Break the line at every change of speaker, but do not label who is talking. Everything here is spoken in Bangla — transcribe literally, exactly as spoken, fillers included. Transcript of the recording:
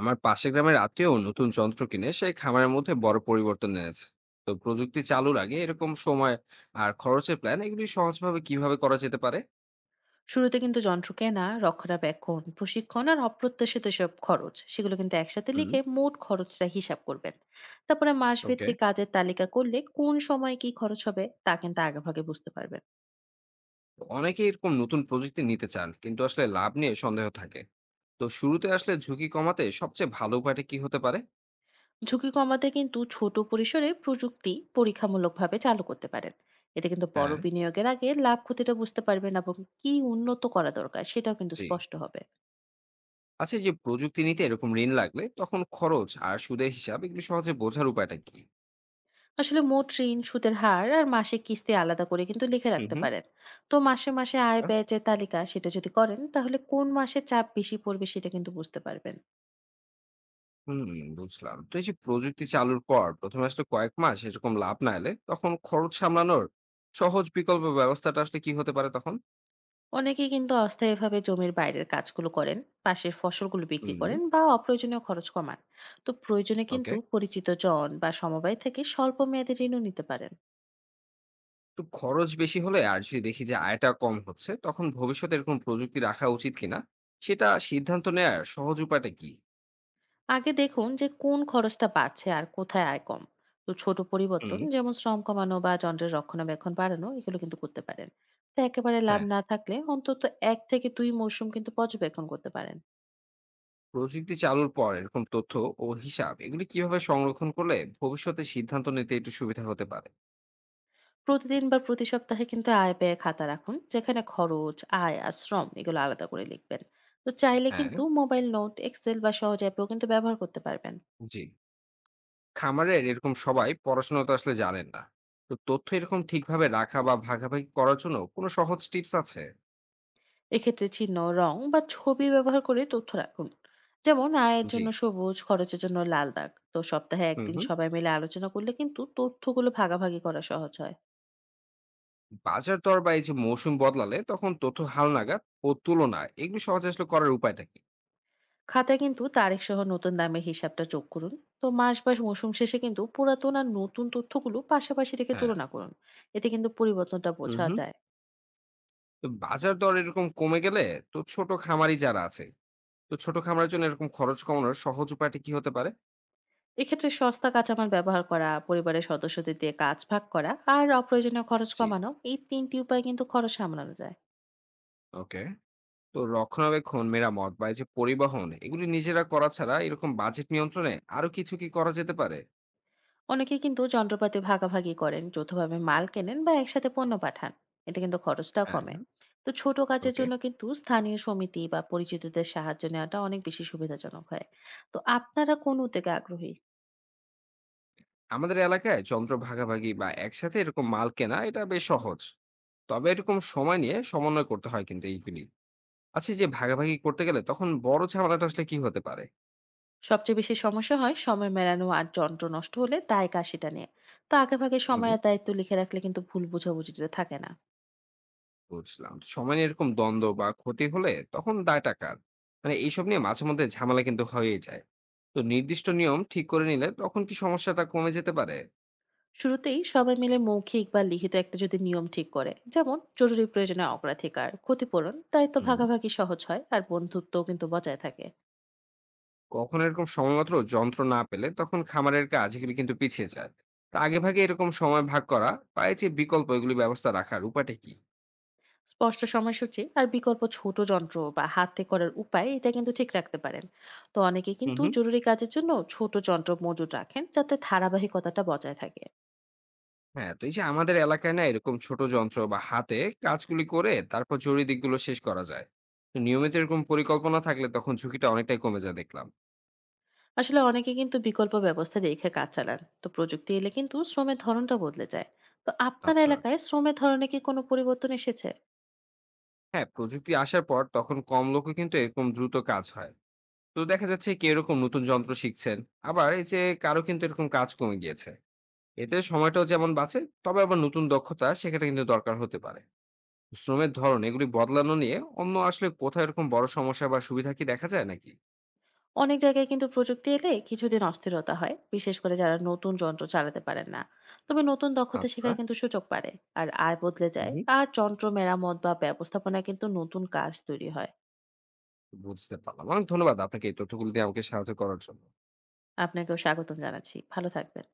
আমার পাশের গ্রামের আত্মীয় নতুন যন্ত্র কিনে সে খামারের মধ্যে বড় পরিবর্তন এনেছে। তো প্রযুক্তি চালুর আগে এরকম সময় আর খরচের প্ল্যান এগুলি সহজভাবে কিভাবে করা যেতে পারে?
শুরুতে কিন্তু যন্ত্র কেনা, রক্ষণাবেক্ষণ, প্রশিক্ষণ আর অপ্রত্যাশিত সব খরচ সেগুলো কিন্তু একসাথে
হুম।
লিখে মোট খরচটা হিসাব করবেন। তারপরে
ওকে।
মাসভিত্তিক কাজের তালিকা করলে কোন সময় কি খরচ হবে তা কিন্তু আগেভাগে বুঝতে পারবেন।
তো অনেকে এরকম নতুন প্রযুক্তি নিতে চান, কিন্তু আসলে লাভ নিয়ে সন্দেহ থাকে। তো শুরুতে আসলে ঝুঁকি কমাতে সবচেয়ে ভালো উপায়টা কি হতে পারে?
ঝুঁকি কমাতে কিন্তু ছোট পরিসরে প্রযুক্তি পরীক্ষামূলকভাবে চালু করতে পারেন। এতে কিন্তু বড়
হ্যাঁ।
বিনিয়োগের আগে লাভ ক্ষতিটা বুঝতে পারবেন, এবং কি উন্নত করা দরকার সেটাও কিন্তু
জি।
স্পষ্ট হবে।
আচ্ছা, এই যে প্রযুক্তি নিতে এরকম ঋণ লাগলে তখন খরচ আর সুদের হিসাব এগুলি সহজে বোঝার উপায়টা কি?
আসলে মোট ঋণ, সুদের হার আর মাসিক কিস্তি আলাদা করে কিন্তু লিখে
হুম,
রাখতে
হুম।
পারেন। তো মাসে মাসে আয় ব্যয় যে তালিকা সেটা যদি করেন, তাহলে কোন মাসে চাপ বেশি পড়বে সেটা কিন্তু বুঝতে পারবেন।
হুম, বুঝলাম। তো এই যে প্রযুক্তি চালুর পর প্রথম এ আসলে কয়েক মাস এরকম লাভ না এলে তখন খরচ সামলানোর সহজ বিকল্প ব্যবস্থাটা আসলে কি হতে পারে তখন?
অনেকেই কিন্তু অস্থায়ীভাবে জমির বাইরের কাজগুলো করেন, পাশের ফসলগুলো বিক্রি
হুম।
করেন বা অপ্রয়োজনীয় খরচ কমান। তো প্রয়োজনে
ওকে।
কিন্তু পরিচিত জন বা সমবায় থেকে স্বল্প মেয়াদী ঋণও নিতে পারেন।
তো খরচ বেশি হলে আর যদি দেখি যে আয়টা কম হচ্ছে, তখন ভবিষ্যতে এরকম প্রযুক্তি রাখা উচিত কিনা সেটা সিদ্ধান্ত নেয়ার সহজ উপায়টা কি?
আগে দেখুন যে কোন খরচটা বাড়ছে আর কোথায় আয় কম। তো ছোট পরিবর্তন
হুম।
যেমন শ্রম কমানো বা যন্ত্রের রক্ষণাবেক্ষণ বাড়ানো এগুলো কিন্তু করতে পারেন। তো একেবারে লাভ
হ্যাঁ,
না থাকলে অন্তত এক থেকে দুই মৌসুম কিন্তু পর্যবেক্ষণ করতে পারেন।
প্রযুক্তি চালুর পর এরকম তথ্য ও হিসাব এগুলি কিভাবে সংরক্ষণ করলে ভবিষ্যতে সিদ্ধান্ত নিতে একটু সুবিধা হতে পারে?
প্রতিদিন বা প্রতি সপ্তাহে কিন্তু আয় ব্যয় খাতা রাখুন, যেখানে খরচ, আয় আর শ্রম এগুলো আলাদা করে লিখবেন। তো চাইলে
হ্যাঁ,
কিন্তু মোবাইল নোট, এক্সেল বা সহজ অ্যাপেও কিন্তু ব্যবহার করতে পারবেন।
জি। খামারের এরকম সবাই পড়াশোনা তো আসলে জানেন না। তো তথ্য এরকম ঠিকভাবে রাখা বা ভাগাভাগি করার জন্য কোনো সহজ টিপস আছে?
এক্ষেত্রে চিহ্ন, রং বা ছবি ব্যবহার করে তথ্য রাখুন। যেমন আয়ের
জি।
জন্য সবুজ, খরচের জন্য লাল দাগ। তো সপ্তাহে
হুম,
একদিন
হুম।
সবাই মিলে আলোচনা করলে কিন্তু তথ্যগুলো ভাগাভাগি করা সহজ হয়।
বাজার দর বা এই যে মৌসুম বদলালে তখন তথ্য হালনাগাদ ও তুলনা এগুলো সহজে আসলে করার উপায়টা কি?
খাতায় কিন্তু তারিখ সহ নতুন দামের হিসাবটা যোগ করুন। তো মাস বা মৌসুম শেষে কিন্তু পুরাতন আর নতুন তথ্যগুলো পাশাপাশি রেখে
হ্যাঁ।
তুলনা করুন। এতে কিন্তু পরিবর্তনটা
হুম,
বোঝা
হুম।
যায়।
তো বাজার দর এরকম কমে গেলে, তো ছোট খামারি যারা আছে, তো ছোট খামারের জন্য এরকম খরচ কমানোর সহজ উপায়টা কি হতে পারে?
এক্ষেত্রে সস্তা কাঁচামাল ব্যবহার করা, পরিবারের সদস্যদের দিয়ে কাজ ভাগ করা আর অপ্রয়োজনীয় খরচ
জি।
কমানো, এই তিনটি উপায় কিন্তু খরচ সামলানো যায়।
ওকে। তো রক্ষণাবেক্ষণ, মেরামত বা এই যে পরিবহন এগুলি নিজেরা করা ছাড়া এরকম বাজেট নিয়ন্ত্রণে আরো কিছু কি করা যেতে পারে?
অনেকে কিন্তু যন্ত্রপাতি ভাগাভাগি করেন, যৌথভাবে মাল কেনেন বা একসাথে পণ্য পাঠান। এতে কিন্তু খরচটা
হ্যাঁ,
কমে।
হ্যাঁ।
তো ছোট কাজের
ওকে।
জন্য কিন্তু স্থানীয় সমিতি বা পরিচিতদের সাহায্য নেওয়াটা অনেক বেশি সুবিধাজনক হয়। তো আপনারা কোন উদ্যোগে আগ্রহী?
আমাদের এলাকায় যন্ত্র ভাগাভাগি বা একসাথে এরকম মাল কেনা এটা বেশ সহজ। তবে এরকম সময় নিয়ে সমন্বয় করতে হয় কিন্তু এইগুলি। আচ্ছা, এই যে ভাগাভাগি করতে গেলে তখন বড় ঝামেলাটা আসলে কি হতে পারে?
সবচেয়ে বেশি সমস্যা হয় সময় মেলানো আর যন্ত্র নষ্ট হলে দায় কার সেটা নিয়ে। তো আগে ভাগে
হুম।
সময় আর দায়িত্ব লিখে রাখলে কিন্তু ভুল বোঝাবুঝিতে থাকে না।
বুঝলাম। সময় নিয়ে এরকম দ্বন্দ্ব বা ক্ষতি হলে তখন দায়টা কার? মানে এইসব নিয়ে মাঝে মধ্যে ঝামেলা কিন্তু হয়েই যায়। তো নির্দিষ্ট নিয়ম ঠিক করে নিলে তখন কি সমস্যাটা কমে যেতে পারে?
শুরুতেই সবাই মিলে মৌখিক বা লিখিত একটা যদি নিয়ম ঠিক করে, যেমন জরুরি প্রয়োজনে অগ্রাধিকার, ক্ষতিপূরণ, দায়িত্ব
হুম।
ভাগাভাগি সহজ হয় আর বন্ধুত্ব কিন্তু বজায় থাকে।
কখনো এরকম সময়মাত্র যন্ত্র না পেলে তখন খামারের কাজ এগুলি কিন্তু পিছিয়ে যায়। তা আগে ভাগে এরকম সময় ভাগ করা বা এই যে বিকল্প এগুলি ব্যবস্থা রাখার উপায়টা কি?
স্পষ্ট সময়সূচি আর বিকল্প ছোট যন্ত্র বা হাতে করার উপায়, এটা কিন্তু ঠিক রাখতে পারেন। তো অনেকে
হুম,
কিন্তু
হুম।
জরুরি কাজের জন্য ছোট যন্ত্র মজুত রাখেন, যাতে ধারাবাহিকতাটা বজায় থাকে।
হ্যাঁ, তো এই যে আমাদের এলাকায় না এরকম ছোট যন্ত্র বা হাতে কাজগুলি করে তারপর জরুরি দিকগুলো শেষ করা যায়। তো নিয়মিত এরকম পরিকল্পনা থাকলে তখন ঝুঁকিটা অনেকটাই কমে যায় দেখলাম।
আসলে অনেকে কিন্তু বিকল্প ব্যবস্থা রেখে কাজ চালান। তো প্রযুক্তি এলে কিন্তু শ্রমের ধরনটা বদলে যায়। তো আপনার
আচ্ছা।
এলাকায় শ্রমের ধরনে কি কোনো পরিবর্তন এসেছে?
হ্যাঁ, প্রযুক্তি আসার পর তখন কম লোকও কিন্তু এরকম দ্রুত কাজ হয়। তো দেখা যাচ্ছে কেউ এরকম নতুন যন্ত্র শিখছেন, আবার এই যে কারো কিন্তু এরকম কাজ কমে গিয়েছে। এতে সময়টাও যেমন বাঁচে, তবে আবার নতুন দক্ষতা সেখানে কিন্তু দরকার হতে পারে। শ্রমের ধরন এগুলি বদলানো নিয়ে অন্য আসলে কোথায় এরকম বড় সমস্যা বা সুবিধা কি দেখা যায় নাকি?
অনেক জায়গায় কিন্তু প্রযুক্তি এলে কিছুদিন অস্থিরতা হয়, বিশেষ করে যারা নতুন যন্ত্র চালাতে পারেন না। তবে নতুন দক্ষতা
আচ্ছা।
শেখার কিন্তু সুযোগ পারে। আর আয় বদলে যায়,
হুম।
আর যন্ত্র মেরামত বা ব্যবস্থাপনায় কিন্তু নতুন কাজ তৈরি হয়।
বুঝতে পারলাম, অনেক ধন্যবাদ আপনাকে এই তথ্যগুলো দিয়ে আমাকে সাহায্য করার জন্য।
আপনাকেও স্বাগতম জানাচ্ছি, ভালো থাকবেন।